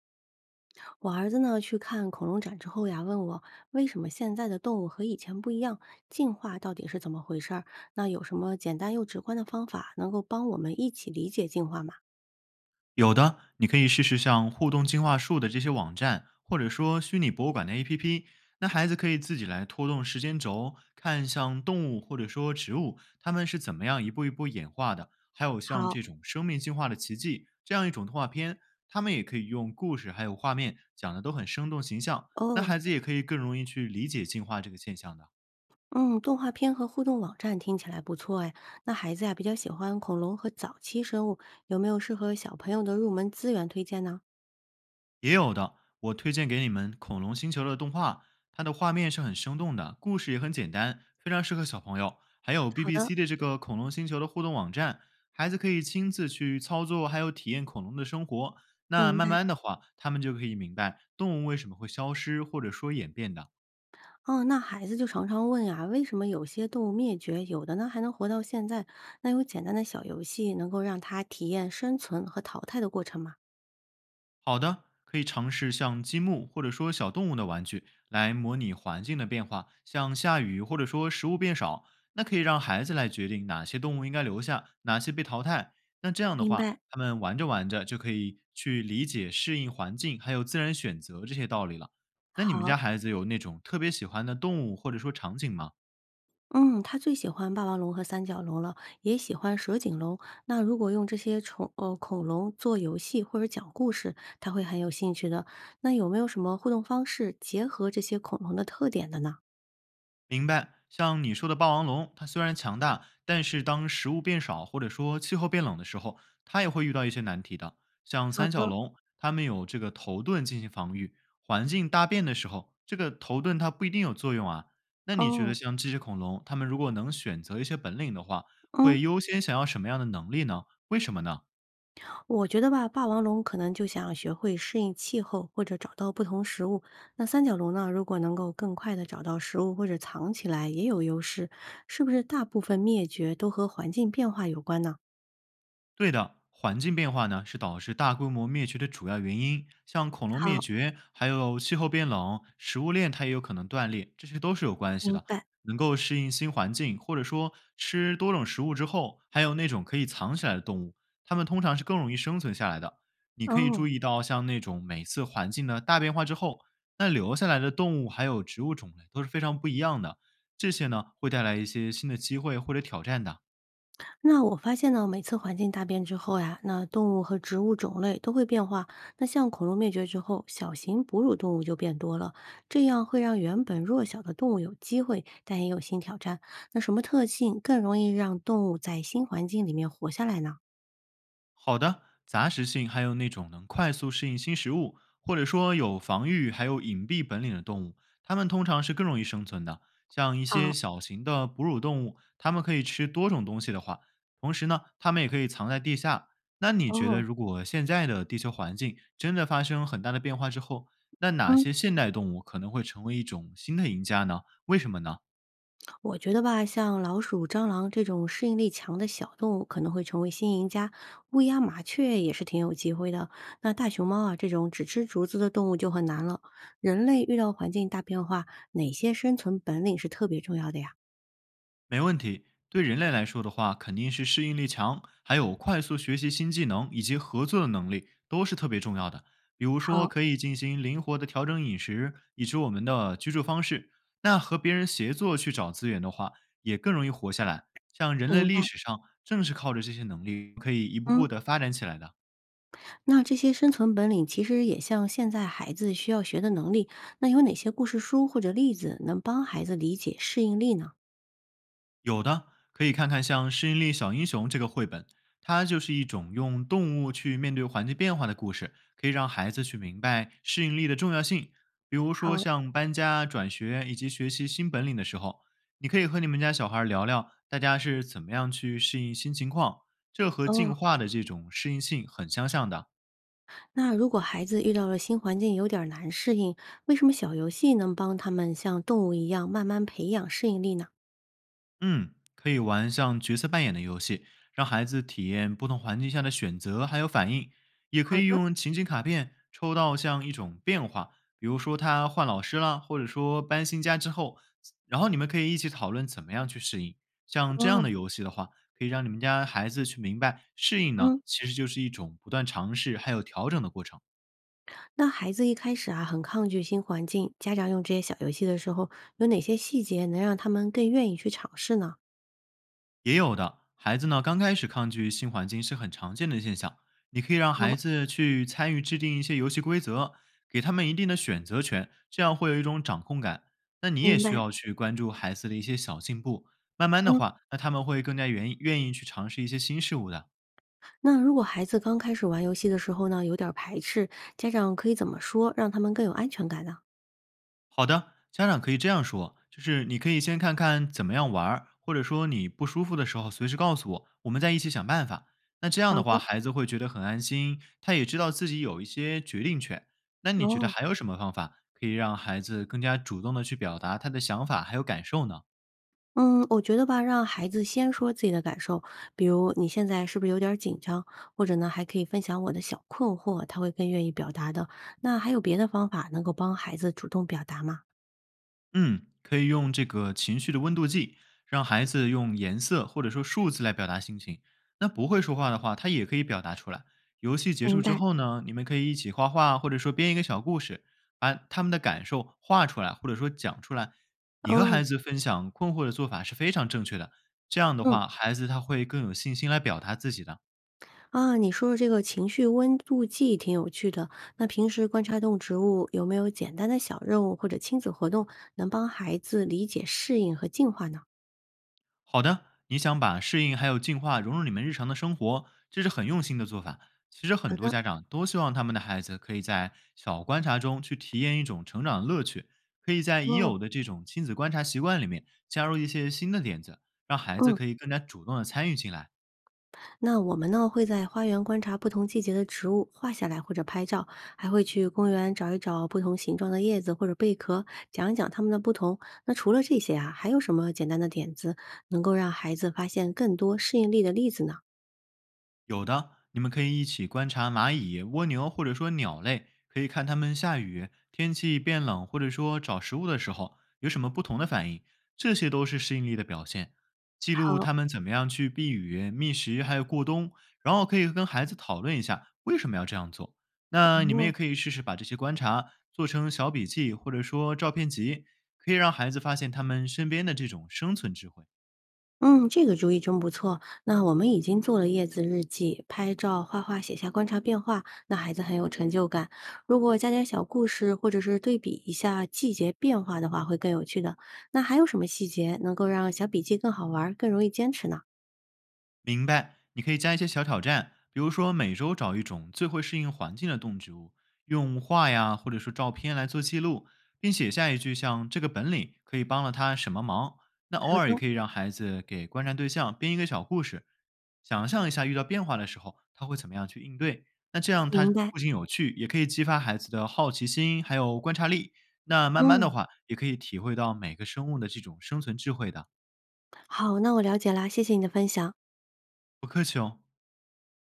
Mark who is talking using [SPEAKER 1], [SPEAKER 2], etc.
[SPEAKER 1] 我儿子呢去看恐龙展之后呀，问我为什么现在的动物和以前不一样，进化到底是怎么回事儿？那有什么简单又直观的方法能够帮我们一起理解进化吗？
[SPEAKER 2] 有的，你可以试试像互动进化树的这些网站，或者说虚拟博物馆的 APP。那孩子可以自己来拖动时间轴，看像动物或者说植物，它们是怎么样一步一步演化的，还有像
[SPEAKER 1] 好。
[SPEAKER 2] 这种生命进化的奇迹这样一种动画片，他们也可以用故事还有画面讲的都很生动形象，那
[SPEAKER 1] 哦。
[SPEAKER 2] 孩子也可以更容易去理解进化这个现象的。
[SPEAKER 1] 嗯，动画片和互动网站听起来不错哎。那孩子呀比较喜欢恐龙和早期生物，有没有适合小朋友的入门资源推荐呢？
[SPEAKER 2] 也有的，我推荐给你们《恐龙星球》的动画，它的画面是很生动的，故事也很简单，非常适合小朋友。还有
[SPEAKER 1] 好的。
[SPEAKER 2] BBC 的这个《恐龙星球》的互动网站，孩子可以亲自去操作，还有体验恐龙的生活。那
[SPEAKER 1] 明
[SPEAKER 2] 慢
[SPEAKER 1] 白。
[SPEAKER 2] 慢的话，他们就可以明白动物为什么会消失或者说演变的。
[SPEAKER 1] 哦，那孩子就常常问呀，为什么有些动物灭绝，有的呢还能活到现在？那有简单的小游戏能够让他体验生存和淘汰的过程吗？
[SPEAKER 2] 好的，可以尝试像积木或者说小动物的玩具来模拟环境的变化，像下雨或者说食物变少，那可以让孩子来决定哪些动物应该留下，哪些被淘汰。那这样的
[SPEAKER 1] 明
[SPEAKER 2] 话，
[SPEAKER 1] 白。
[SPEAKER 2] 他们玩着玩着就可以去理解适应环境还有自然选择这些道理了。那你们家
[SPEAKER 1] 好。
[SPEAKER 2] 孩子有那种特别喜欢的动物或者说场景吗？
[SPEAKER 1] 嗯，他最喜欢霸王龙和三角龙了，也喜欢蛇颈龙。那如果用这些恐龙做游戏或者讲故事，他会很有兴趣的。那有没有什么互动方式结合这些恐龙的特点的呢？
[SPEAKER 2] 明白，像你说的霸王龙，它虽然强大，但是当食物变少或者说气候变冷的时候，它也会遇到一些难题的。像
[SPEAKER 1] 好
[SPEAKER 2] 三角
[SPEAKER 1] 的。
[SPEAKER 2] 龙，它们有这个头盾进行防御，环境大变的时候，这个头盾它不一定有作用啊。那你觉得
[SPEAKER 1] 哦。
[SPEAKER 2] 像这些恐龙，它们如果能选择一些本领的话，
[SPEAKER 1] 嗯。
[SPEAKER 2] 会优先想要什么样的能力呢？为什么呢？
[SPEAKER 1] 我觉得吧，霸王龙可能就想学会适应气候或者找到不同食物。那三角龙呢，如果能够更快的找到食物或者藏起来，也有优势。是不是大部分灭绝都和环境变化有关呢？
[SPEAKER 2] 对的，环境变化呢是导致大规模灭绝的主要原因，像恐龙灭
[SPEAKER 1] 好。
[SPEAKER 2] 绝，还有气候变冷，食物链它也有可能断裂，这些都是有关系
[SPEAKER 1] 明
[SPEAKER 2] 的。
[SPEAKER 1] 白。
[SPEAKER 2] 能够适应新环境，或者说吃多种食物之后，还有那种可以藏起来的动物，它们通常是更容易生存下来的。你可以注
[SPEAKER 1] 哦，
[SPEAKER 2] 意到，像那种每次环境的大变化之后，那留下来的动物还有植物种类都是非常不一样的。这些呢，会带来一些新的机会或者挑战的。
[SPEAKER 1] 那我发现呢，每次环境大变之后呀，那动物和植物种类都会变化。那像恐龙灭绝之后，小型哺乳动物就变多了，这样会让原本弱小的动物有机会，但也有新挑战。那什么特性更容易让动物在新环境里面活下来呢？
[SPEAKER 2] 好的，杂食性还有那种能快速适应新食物，或者说有防御还有隐蔽本领的动物，它们通常是更容易生存的。像一些
[SPEAKER 1] 好。
[SPEAKER 2] 小型的哺乳动物，它们可以吃多种东西的话，同时呢，它们也可以藏在地下。那你觉得，
[SPEAKER 1] 哦。
[SPEAKER 2] 如果现在的地球环境真的发生很大的变化之后，那哪
[SPEAKER 1] 嗯。
[SPEAKER 2] 些现代动物可能会成为一种新的赢家呢？为什么呢？
[SPEAKER 1] 我觉得吧，像老鼠、蟑螂这种适应力强的小动物可能会成为新赢家，乌鸦、麻雀也是挺有机会的。那大熊猫啊，这种只吃竹子的动物就很难了。人类遇到环境大变化，哪些生存本领是特别重要的呀？
[SPEAKER 2] 没问题。对人类来说的话，肯定是适应力强，还有快速学习新技能以及合作的能力都是特别重要的。比如说，
[SPEAKER 1] 好。
[SPEAKER 2] 可以进行灵活的调整饮食，以及我们的居住方式。那和别人协作去找资源的话，也更容易活下来。像人类
[SPEAKER 1] 明
[SPEAKER 2] 历
[SPEAKER 1] 白。
[SPEAKER 2] 史上，正是靠着这些能力，可以一步步
[SPEAKER 1] 嗯，
[SPEAKER 2] 的发展起来的。
[SPEAKER 1] 那这些生存本领其实也像现在孩子需要学的能力。那有哪些故事书或者例子能帮孩子理解适应力呢？
[SPEAKER 2] 有的可以看看像《适应力小英雄》这个绘本，它就是一种用动物去面对环境变化的故事，可以让孩子去明白适应力的重要性。比如说
[SPEAKER 1] 好。
[SPEAKER 2] 像搬家、转学以及学习新本领的时候，你可以和你们家小孩聊聊，大家是怎么样去适应新情况，这和进
[SPEAKER 1] 哦，
[SPEAKER 2] 化的这种适应性很相像的。
[SPEAKER 1] 那如果孩子遇到了新环境有点儿难适应，为什么小游戏能帮他们像动物一样慢慢培养适应力呢？
[SPEAKER 2] 嗯，可以玩像角色扮演的游戏，让孩子体验不同环境下的选择还有反应。也可
[SPEAKER 1] 好
[SPEAKER 2] 以
[SPEAKER 1] 的。
[SPEAKER 2] 用情景卡片抽到像一种变化，比如说他换老师啦，或者说搬新家之后，然后你们可以一起讨论怎么样去适应。像这样
[SPEAKER 1] 哦。
[SPEAKER 2] 的游戏的话，可以让你们家孩子去明白，适应呢
[SPEAKER 1] 嗯，
[SPEAKER 2] 其实就是一种不断尝试还有调整的过程。
[SPEAKER 1] 那孩子一开始啊很抗拒新环境，家长用这些小游戏的时候，有哪些细节能让他们更愿意去尝试呢？
[SPEAKER 2] 也有的孩子呢，刚开始抗拒新环境是很常见的现象。你可以让孩
[SPEAKER 1] 好。
[SPEAKER 2] 子去参与制定一些游戏规则，给他们一定的选择权，这样会有一种掌控感。那你也
[SPEAKER 1] 明
[SPEAKER 2] 需
[SPEAKER 1] 白。
[SPEAKER 2] 要去关注孩子的一些小进步，慢慢的
[SPEAKER 1] 嗯，
[SPEAKER 2] 话，那他们会更加愿意去尝试一些新事物的。
[SPEAKER 1] 那如果孩子刚开始玩游戏的时候呢，有点儿排斥，家长可以怎么说，让他们更有安全感呢？
[SPEAKER 2] 好的，家长可以这样说，就是你可以先看看怎么样玩儿，或者说你不舒服的时候随时告诉我，我们再一起想办法。那这样
[SPEAKER 1] 好
[SPEAKER 2] 的话，
[SPEAKER 1] 的。
[SPEAKER 2] 孩子会觉得很安心，他也知道自己有一些决定权。那你觉得
[SPEAKER 1] 哦。
[SPEAKER 2] 还有什么方法可以让孩子更加主动的去表达他的想法还有感受呢？
[SPEAKER 1] 嗯，我觉得吧，让孩子先说自己的感受，比如你现在是不是有点儿紧张，或者呢，还可以分享我的小困惑，他会更愿意表达的。那还有别的方法能够帮孩子主动表达吗？
[SPEAKER 2] 嗯，可以用这个情绪的温度计，让孩子用颜色或者说数字来表达心情。那不会说话的话，他也可以表达出来。游戏结
[SPEAKER 1] 明
[SPEAKER 2] 束之
[SPEAKER 1] 白。
[SPEAKER 2] 后呢，你们可以一起画画，或者说编一个小故事，把他们的感受画出来，或者说讲出来。你和
[SPEAKER 1] 哦。
[SPEAKER 2] 孩子分享困惑的做法是非常正确的，这样的
[SPEAKER 1] 嗯
[SPEAKER 2] 话，孩子他会更有信心来表达自己的。
[SPEAKER 1] 啊，你说的这个情绪温度计挺有趣的。那平时观察动植物有没有简单的小任务或者亲子活动，能帮孩子理解、适应和进化呢？
[SPEAKER 2] 好的，你想把适应还有进化融入你们日常的生活，这是很用心的做法。其实
[SPEAKER 1] 好
[SPEAKER 2] 很多
[SPEAKER 1] 的。
[SPEAKER 2] 家长都希望他们的孩子可以在小观察中去体验一种成长的乐趣，可以在已
[SPEAKER 1] 哦。
[SPEAKER 2] 有的这种亲子观察习惯里面加入一些新的点子，让孩子
[SPEAKER 1] 嗯。
[SPEAKER 2] 可以更加主动的参与进来。
[SPEAKER 1] 那我们呢，会在花园观察不同季节的植物，画下来或者拍照，还会去公园找一找不同形状的叶子或者贝壳，讲一讲它们的不同。那除了这些啊，还有什么简单的点子能够让孩子发现更多适应力的例子呢？
[SPEAKER 2] 有的，你们可以一起观察蚂蚁、蜗牛或者说鸟类，可以看它们下雨、天气变冷或者说找食物的时候有什么不同的反应，这些都是适应力的表现。记录
[SPEAKER 1] 好。
[SPEAKER 2] 它们怎么样去避雨、觅食，还有过冬，然后可以跟孩子讨论一下为什么要这样做。那你们也
[SPEAKER 1] 哦。
[SPEAKER 2] 可以试试把这些观察做成小笔记或者说照片集，可以让孩子发现他们身边的这种生存智慧。
[SPEAKER 1] 嗯，这个主意真不错。那我们已经做了叶子日记，拍照、画画、写下观察变化，那孩子很有成就感。如果加点小故事，或者是对比一下季节变化的话，会更有趣的。那还有什么细节能够让小笔记更好玩儿，更容易坚持呢？
[SPEAKER 2] 明白，你可以加一些小挑战，比如说每周找一种最会适应环境的动植物，用画呀或者说照片来做记录，并写下一句像这个本领可以帮了他什么忙。那偶尔也可以让孩子给观察对象编一个小故事，想象一下遇到变化的时候他会怎么样去应对。那这样他
[SPEAKER 1] 明白。
[SPEAKER 2] 不仅有趣，也可以激发孩子的好奇心还有观察力。那慢慢的
[SPEAKER 1] 嗯，
[SPEAKER 2] 话，也可以体会到每个生物的这种生存智慧的。
[SPEAKER 1] 好，那我了解啦，谢谢你的分享。
[SPEAKER 2] 不客气哦。